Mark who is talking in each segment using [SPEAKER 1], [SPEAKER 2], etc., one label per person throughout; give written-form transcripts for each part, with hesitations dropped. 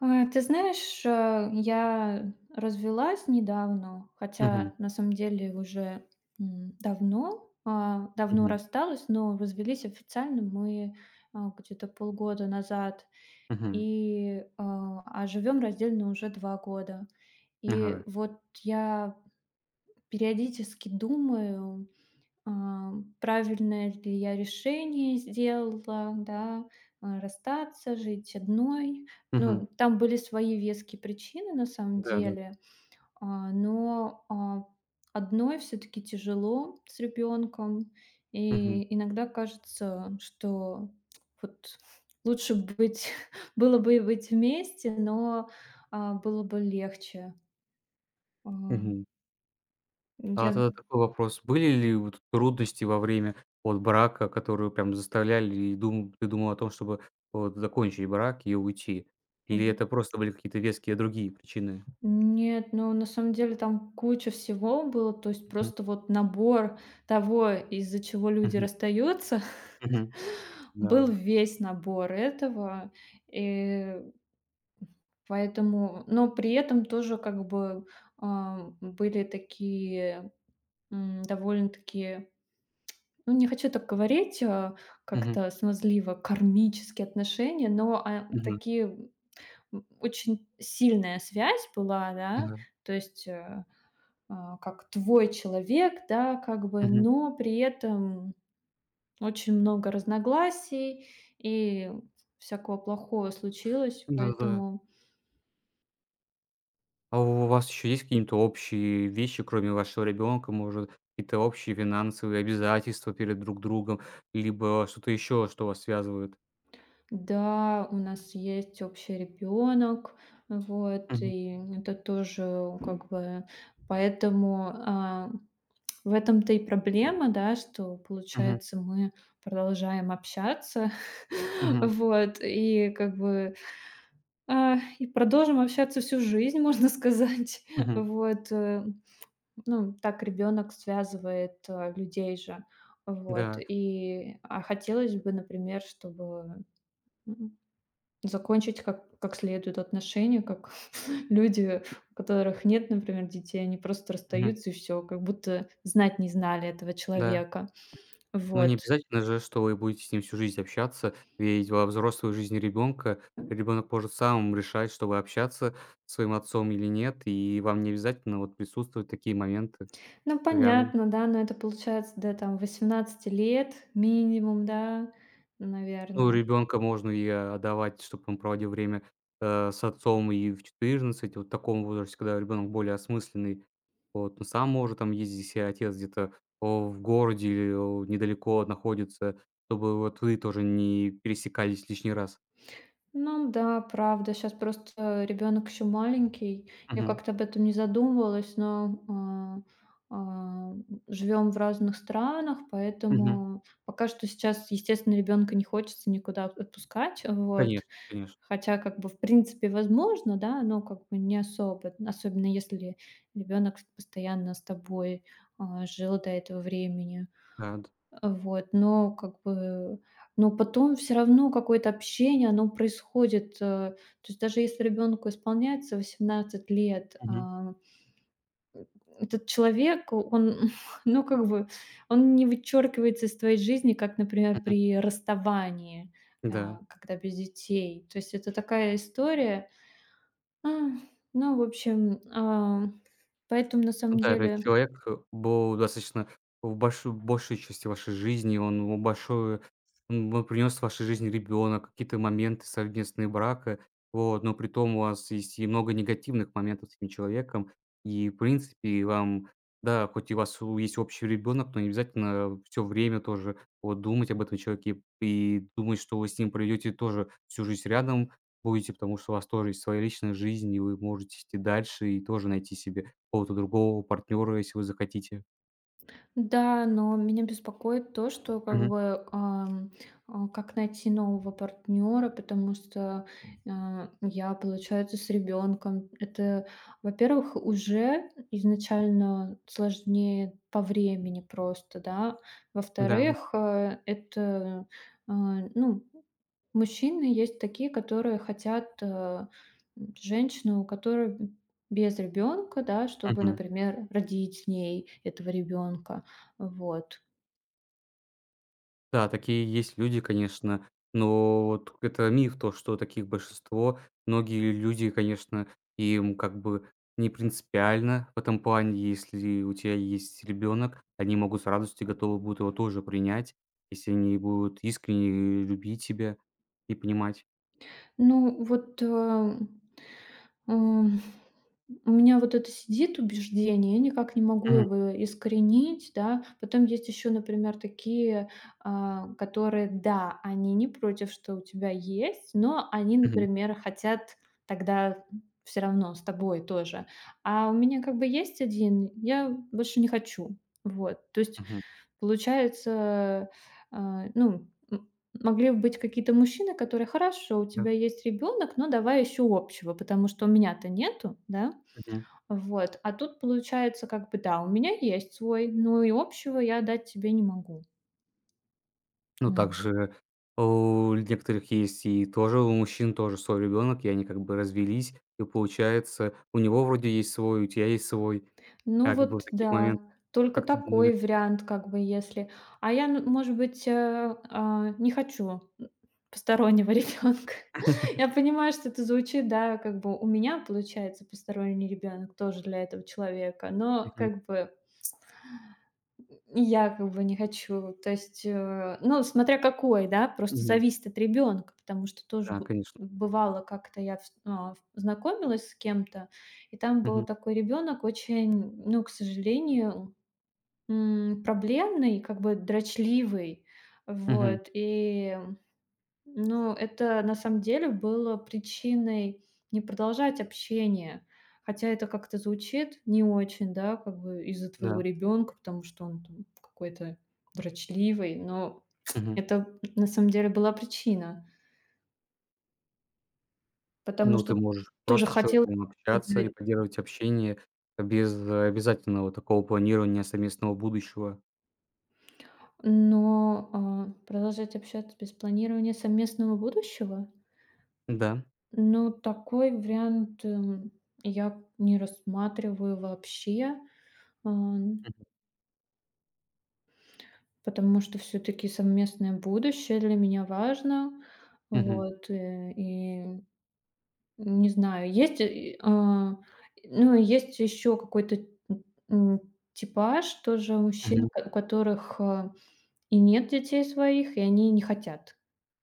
[SPEAKER 1] Ты знаешь, я развелась недавно, хотя
[SPEAKER 2] Мгм,
[SPEAKER 1] на самом деле уже, давно
[SPEAKER 2] мгм,
[SPEAKER 1] рассталась, но развелись официально мы, где-то полгода назад,
[SPEAKER 2] мгм.
[SPEAKER 1] и живем раздельно уже 2 года. И
[SPEAKER 2] Ага.
[SPEAKER 1] вот я периодически думаю, а, правильное ли я решение сделала, да, расстаться, жить одной.
[SPEAKER 2] Мгм.
[SPEAKER 1] Ну, там были свои веские причины на самом
[SPEAKER 2] Да-да.
[SPEAKER 1] деле, но одной все-таки тяжело с ребенком,
[SPEAKER 2] Мгм,
[SPEAKER 1] и иногда кажется, что вот лучше быть, было бы и быть вместе, но было бы легче. А,
[SPEAKER 2] мгм. А
[SPEAKER 1] Я
[SPEAKER 2] тогда такой вопрос: были ли вот трудности во время вот брака, которые вот прям заставляли и дум ты думал о том, чтобы вот закончить брак и уйти? Или это просто были какие-то веские другие причины?
[SPEAKER 1] Нет, ну, на самом деле там куча всего было, то есть
[SPEAKER 2] Мгм,
[SPEAKER 1] просто вот набор того, из-за чего люди
[SPEAKER 2] мгм,
[SPEAKER 1] расстаются,
[SPEAKER 2] мгм. Да
[SPEAKER 1] был
[SPEAKER 2] уж.
[SPEAKER 1] весь набор этого. И поэтому, но при этом тоже как бы, были такие, довольно-таки, ну, не хочу так говорить,
[SPEAKER 2] Мгм,
[SPEAKER 1] как-то смазливо, кармические отношения, но,
[SPEAKER 2] мгм,
[SPEAKER 1] такие, очень сильная связь была, да,
[SPEAKER 2] мгм,
[SPEAKER 1] то есть, как твой человек, да, как бы,
[SPEAKER 2] мгм.
[SPEAKER 1] но при этом очень много разногласий и всякого плохого случилось.
[SPEAKER 2] Да-да.
[SPEAKER 1] Поэтому
[SPEAKER 2] А у вас еще есть какие-нибудь общие вещи, кроме вашего ребенка, может, какие-то общие финансовые обязательства перед друг другом, либо что-то еще, что вас связывает?
[SPEAKER 1] да, у нас есть общий ребенок, вот,
[SPEAKER 2] Мгм,
[SPEAKER 1] и это тоже как бы, поэтому в этом-то и проблема, да, что
[SPEAKER 2] мгм,
[SPEAKER 1] получается мы продолжаем общаться,
[SPEAKER 2] мгм,
[SPEAKER 1] вот, и как бы и продолжим общаться всю жизнь, можно сказать.
[SPEAKER 2] мгм,
[SPEAKER 1] Вот, ну, так ребенок связывает, людей же. Вот,
[SPEAKER 2] да,
[SPEAKER 1] и, хотелось бы, например, чтобы, м, закончить как следует отношения, как люди, у которых нет, например, детей, они просто
[SPEAKER 2] мгм,
[SPEAKER 1] расстаются, и все, как будто знать не знали этого
[SPEAKER 2] да.
[SPEAKER 1] человека.
[SPEAKER 2] Ну, не
[SPEAKER 1] Вот.
[SPEAKER 2] обязательно же, что вы будете с ним всю жизнь общаться, ведь во взрослой жизни ребенка ребенок может сам решать, чтобы общаться с своим отцом или нет, и вам не обязательно вот присутствовать такие моменты
[SPEAKER 1] Ну,
[SPEAKER 2] рядом.
[SPEAKER 1] понятно, да, но это получается, да, там, 18 лет минимум, да,
[SPEAKER 2] Ну,
[SPEAKER 1] наверное.
[SPEAKER 2] ребенка можно и отдавать, чтобы он проводил время, с отцом и в четырнадцать. Вот в таком возрасте, когда ребенок более осмысленный, вот, он сам может там ездить, если отец где-то, в городе или, недалеко находится, чтобы вот вы тоже не пересекались лишний раз.
[SPEAKER 1] Ну да, правда. Сейчас просто ребенок еще маленький. Я
[SPEAKER 2] Мгм,
[SPEAKER 1] как-то об этом не задумывалась, но живем в разных странах,
[SPEAKER 2] мгм.
[SPEAKER 1] поэтому пока что сейчас, естественно, ребенка не хочется никуда отпускать. Вот.
[SPEAKER 2] Конечно, конечно.
[SPEAKER 1] Хотя как бы в принципе возможно, да, но как бы не особо. Особенно если ребенок постоянно с тобой, жил до этого времени.
[SPEAKER 2] Да, д
[SPEAKER 1] Вот, но как бы, но потом все равно какое-то общение, оно происходит. То есть даже если ребенку исполняется 18 лет,
[SPEAKER 2] Мгм,
[SPEAKER 1] этот человек, он, ну, как бы, он не вычеркивается из твоей жизни, как, например,
[SPEAKER 2] мгм.
[SPEAKER 1] при расставании, э,
[SPEAKER 2] Да.
[SPEAKER 1] когда без детей. То есть это такая история. А, ну, в общем, поэтому на самом
[SPEAKER 2] Ну да, этот
[SPEAKER 1] деле.
[SPEAKER 2] человек был достаточно в большей части вашей жизни, он в большое он принес в вашей жизни ребёнок, какие-то моменты совместные брака. Вот, но при том у вас есть и много негативных моментов с этим человеком. И, в принципе, вам, да, хоть и у вас у есть общий ребенок, но не обязательно все время тоже вот думать об этом человеке и думать, что вы с ним проведете тоже всю жизнь рядом будете, потому что у вас тоже есть своя личная жизнь, и вы можете идти дальше и тоже найти себя какого-то другого партнера, если вы захотите.
[SPEAKER 1] Да, но меня беспокоит то, что как
[SPEAKER 2] Мгм.
[SPEAKER 1] бы как найти нового партнера, потому что я, получается, с ребенком. Это, во-первых, уже изначально сложнее по времени просто, да.
[SPEAKER 2] Да.
[SPEAKER 1] Во-вторых, это, а, ну, мужчины есть такие, которые хотят, женщину, у которой без ребенка, да, чтобы,
[SPEAKER 2] Мгм.
[SPEAKER 1] например, родить с ней этого ребенка. Вот.
[SPEAKER 2] Да, такие есть люди, конечно, но вот это миф, то, что таких большинство. Многие люди, конечно, им как бы не принципиально в этом плане. Если у тебя есть ребенок, они могут с радостью, и готовы будут его тоже принять, если они будут искренне любить тебя и понимать.
[SPEAKER 1] Ну вот, э Ам, у меня вот это сидит убеждение, я никак не могу
[SPEAKER 2] Мгм.
[SPEAKER 1] его искоренить, да. Потом есть еще, например, такие, которые, да, они не против, что у тебя есть, но они,
[SPEAKER 2] Мгм.
[SPEAKER 1] например, хотят тогда все равно с тобой тоже. А у меня как бы есть один, я больше не хочу. Вот, то есть
[SPEAKER 2] Мгм.
[SPEAKER 1] получается, а, ну, м могли бы быть какие-то мужчины, которые: «Хорошо, у
[SPEAKER 2] Да.
[SPEAKER 1] тебя есть ребенок, но давай еще общего, потому что у меня-то нету», да?
[SPEAKER 2] Мгм.
[SPEAKER 1] Вот, а тут получается как бы: «Да, у меня есть свой, но и общего я дать тебе не могу».
[SPEAKER 2] Ну, также у некоторых есть и тоже у мужчин тоже свой ребенок, и они как бы развелись, и получается, у него вроде есть свой, у тебя есть свой.
[SPEAKER 1] Ну
[SPEAKER 2] Как бы в
[SPEAKER 1] вот
[SPEAKER 2] таких
[SPEAKER 1] да,
[SPEAKER 2] моментах,
[SPEAKER 1] только
[SPEAKER 2] как ты думаешь?
[SPEAKER 1] такой вариант, как бы, если. А я, ну, может быть, не хочу постороннего ребенка. Я понимаю, что это звучит, да, как бы у меня получается посторонний ребенок тоже для этого человека, но
[SPEAKER 2] Мгм,
[SPEAKER 1] как бы я как бы не хочу. То есть, ну, смотря какой, да, просто
[SPEAKER 2] мгм.
[SPEAKER 1] зависит от ребенка, потому что тоже
[SPEAKER 2] Да,
[SPEAKER 1] бы
[SPEAKER 2] конечно.
[SPEAKER 1] бывало, как-то я знакомилась с кем-то, и там был
[SPEAKER 2] Мгм,
[SPEAKER 1] такой ребенок очень, ну, к сожалению, проблемный, как бы дрочливый.
[SPEAKER 2] мгм,
[SPEAKER 1] Вот, и, ну, это на самом деле было причиной не продолжать общение. Хотя это как-то звучит не очень, да, как бы из-за твоего
[SPEAKER 2] да,
[SPEAKER 1] ребенка, потому что он там какой-то дрочливый, но
[SPEAKER 2] мгм.
[SPEAKER 1] это на самом деле была причина, потому
[SPEAKER 2] Ну, ты
[SPEAKER 1] что
[SPEAKER 2] можешь
[SPEAKER 1] тоже
[SPEAKER 2] просто с
[SPEAKER 1] хотел,
[SPEAKER 2] человеком общаться и поддерживать общение без обязательного такого планирования совместного будущего.
[SPEAKER 1] но, продолжать общаться без планирования совместного будущего?
[SPEAKER 2] Да.
[SPEAKER 1] Ну, такой вариант, я не рассматриваю вообще, ам,
[SPEAKER 2] Мгм,
[SPEAKER 1] потому что все таки совместное будущее для меня важно.
[SPEAKER 2] мгм,
[SPEAKER 1] Вот, и не знаю. Есть, ну, есть еще какой-то, м, м, типаж тоже мужчин,
[SPEAKER 2] мгм.
[SPEAKER 1] у которых, и нет детей своих, и они не хотят.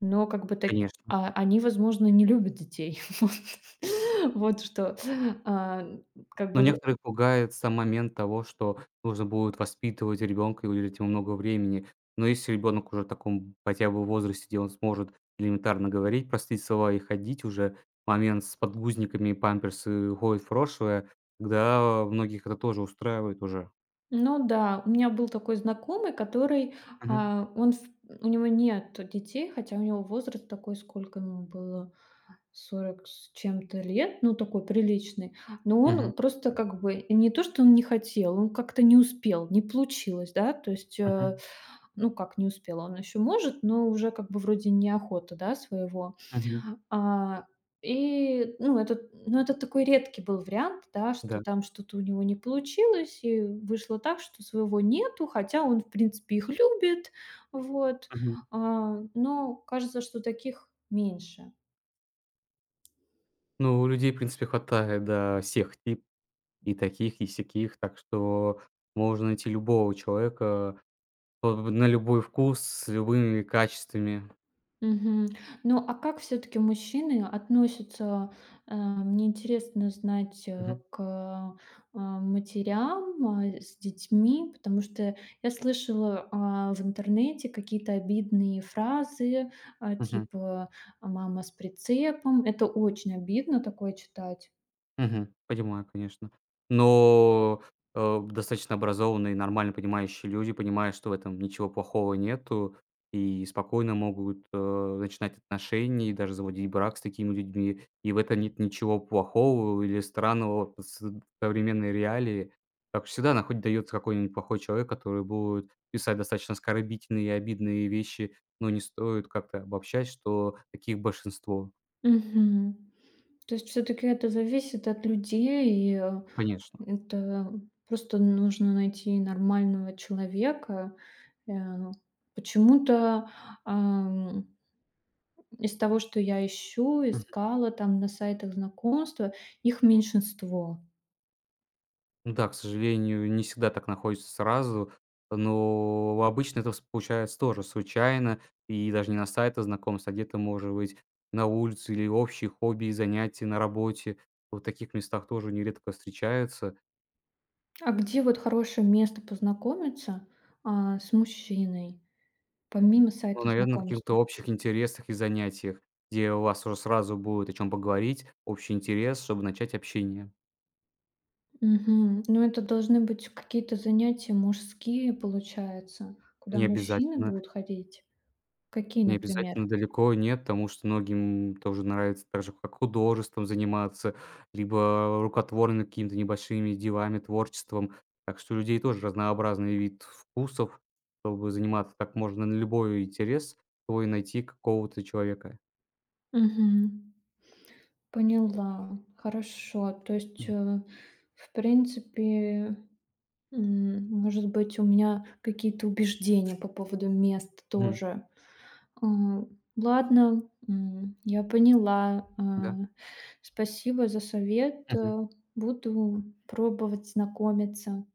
[SPEAKER 1] Но как бы так,
[SPEAKER 2] Конечно.
[SPEAKER 1] они, возможно, не любят детей. Вот вот что, а, как
[SPEAKER 2] Но
[SPEAKER 1] бы вр
[SPEAKER 2] некоторых пугает сам момент того, что нужно будет воспитывать ребенка и уделять ему много времени. Но если ребенок уже в таком хотя бы возрасте, где он сможет элементарно говорить, простые слова и ходить уже, момент с подгузниками, и памперсы уходит в прошлое, тогда многих это тоже устраивает уже.
[SPEAKER 1] Ну да, у меня был такой знакомый, который,
[SPEAKER 2] Мгм.
[SPEAKER 1] а, он в у него нет детей, хотя у него возраст такой, сколько ему было, 40 с чем-то лет, ну, такой приличный. Но
[SPEAKER 2] Мгм.
[SPEAKER 1] он просто как бы не то, что он не хотел, он как-то не успел, не получилось, да. То есть,
[SPEAKER 2] Мгм.
[SPEAKER 1] ну, как не успел, он еще может, но уже как бы вроде неохота, да, своего.
[SPEAKER 2] Мгм.
[SPEAKER 1] А, и, ну, это такой редкий был вариант, да, что
[SPEAKER 2] Да.
[SPEAKER 1] там что-то у него не получилось, и вышло так, что своего нету, хотя он, в принципе, их любит, вот.
[SPEAKER 2] Мгм.
[SPEAKER 1] Но кажется, что таких меньше.
[SPEAKER 2] Ну, у людей, в принципе, хватает, да, всех тип и таких, и сяких, так что можно найти любого человека на любой вкус, с любыми качествами.
[SPEAKER 1] Мгм. Ну, а как все-таки мужчины относятся, мне интересно знать,
[SPEAKER 2] Мгм.
[SPEAKER 1] к матерям, с детьми, потому что я слышала в интернете какие-то обидные фразы,
[SPEAKER 2] Мгм.
[SPEAKER 1] типа, «мама с прицепом». Это очень обидно такое читать.
[SPEAKER 2] Мгм. Понимаю, конечно. Но, достаточно образованные, нормально понимающие люди понимают, что в этом ничего плохого нету, и спокойно могут, начинать отношения и даже заводить брак с такими людьми. И в этом нет ничего плохого или странного вот с современной реалии. Как всегда, находит дается какой-нибудь плохой человек, который будет писать достаточно оскорбительные и обидные вещи, но не стоит как-то обобщать, что таких большинство.
[SPEAKER 1] Мгм. То есть все-таки это зависит от людей.
[SPEAKER 2] Конечно.
[SPEAKER 1] Это просто нужно найти нормального человека. Ну, почему-то, ам, из того, что я ищу, искала там на сайтах знакомства, их меньшинство.
[SPEAKER 2] Да, к сожалению, не всегда так находится сразу, но обычно это вс получается тоже случайно, и даже не на сайтах знакомств, а где-то, может быть, на улице или общие хобби и занятия на работе. Вот в таких местах тоже нередко встречаются.
[SPEAKER 1] А где вот хорошее место познакомиться, с мужчиной, помимо
[SPEAKER 2] Но,
[SPEAKER 1] сайта
[SPEAKER 2] наверное, каких-то
[SPEAKER 1] знакомства?
[SPEAKER 2] общих интересах и занятиях, где у вас уже сразу будет о чем поговорить, общий интерес, чтобы начать общение.
[SPEAKER 1] Мгм. Ну, это должны быть какие-то занятия мужские, получается, куда
[SPEAKER 2] Не
[SPEAKER 1] мужчины
[SPEAKER 2] обязательно
[SPEAKER 1] будут ходить. Какие,
[SPEAKER 2] Не
[SPEAKER 1] например?
[SPEAKER 2] обязательно далеко, нет, потому что многим тоже нравится так же, как художеством заниматься, либо рукотворными какими-то небольшими делами, творчеством. Так что у людей тоже разнообразный вид вкусов, чтобы заниматься так можно на любой интерес, свой найти какого-то человека.
[SPEAKER 1] Мгм. Поняла. Хорошо. То есть,
[SPEAKER 2] Мгм.
[SPEAKER 1] в принципе, может быть, у меня какие-то убеждения по поводу мест
[SPEAKER 2] Мгм.
[SPEAKER 1] тоже. Ладно, я поняла.
[SPEAKER 2] Да.
[SPEAKER 1] Спасибо за совет.
[SPEAKER 2] Мгм.
[SPEAKER 1] Буду пробовать знакомиться.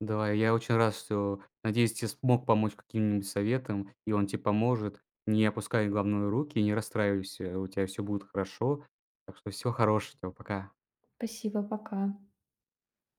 [SPEAKER 2] Давай, я очень рад, что, надеюсь, те смог помочь каким-нибудь советом, и он тебе поможет. Не опускай, главное, руки, не расстраивайся, у тебя все будет хорошо. Так что всего хорошего, тебе, пока.
[SPEAKER 1] Спасибо, пока.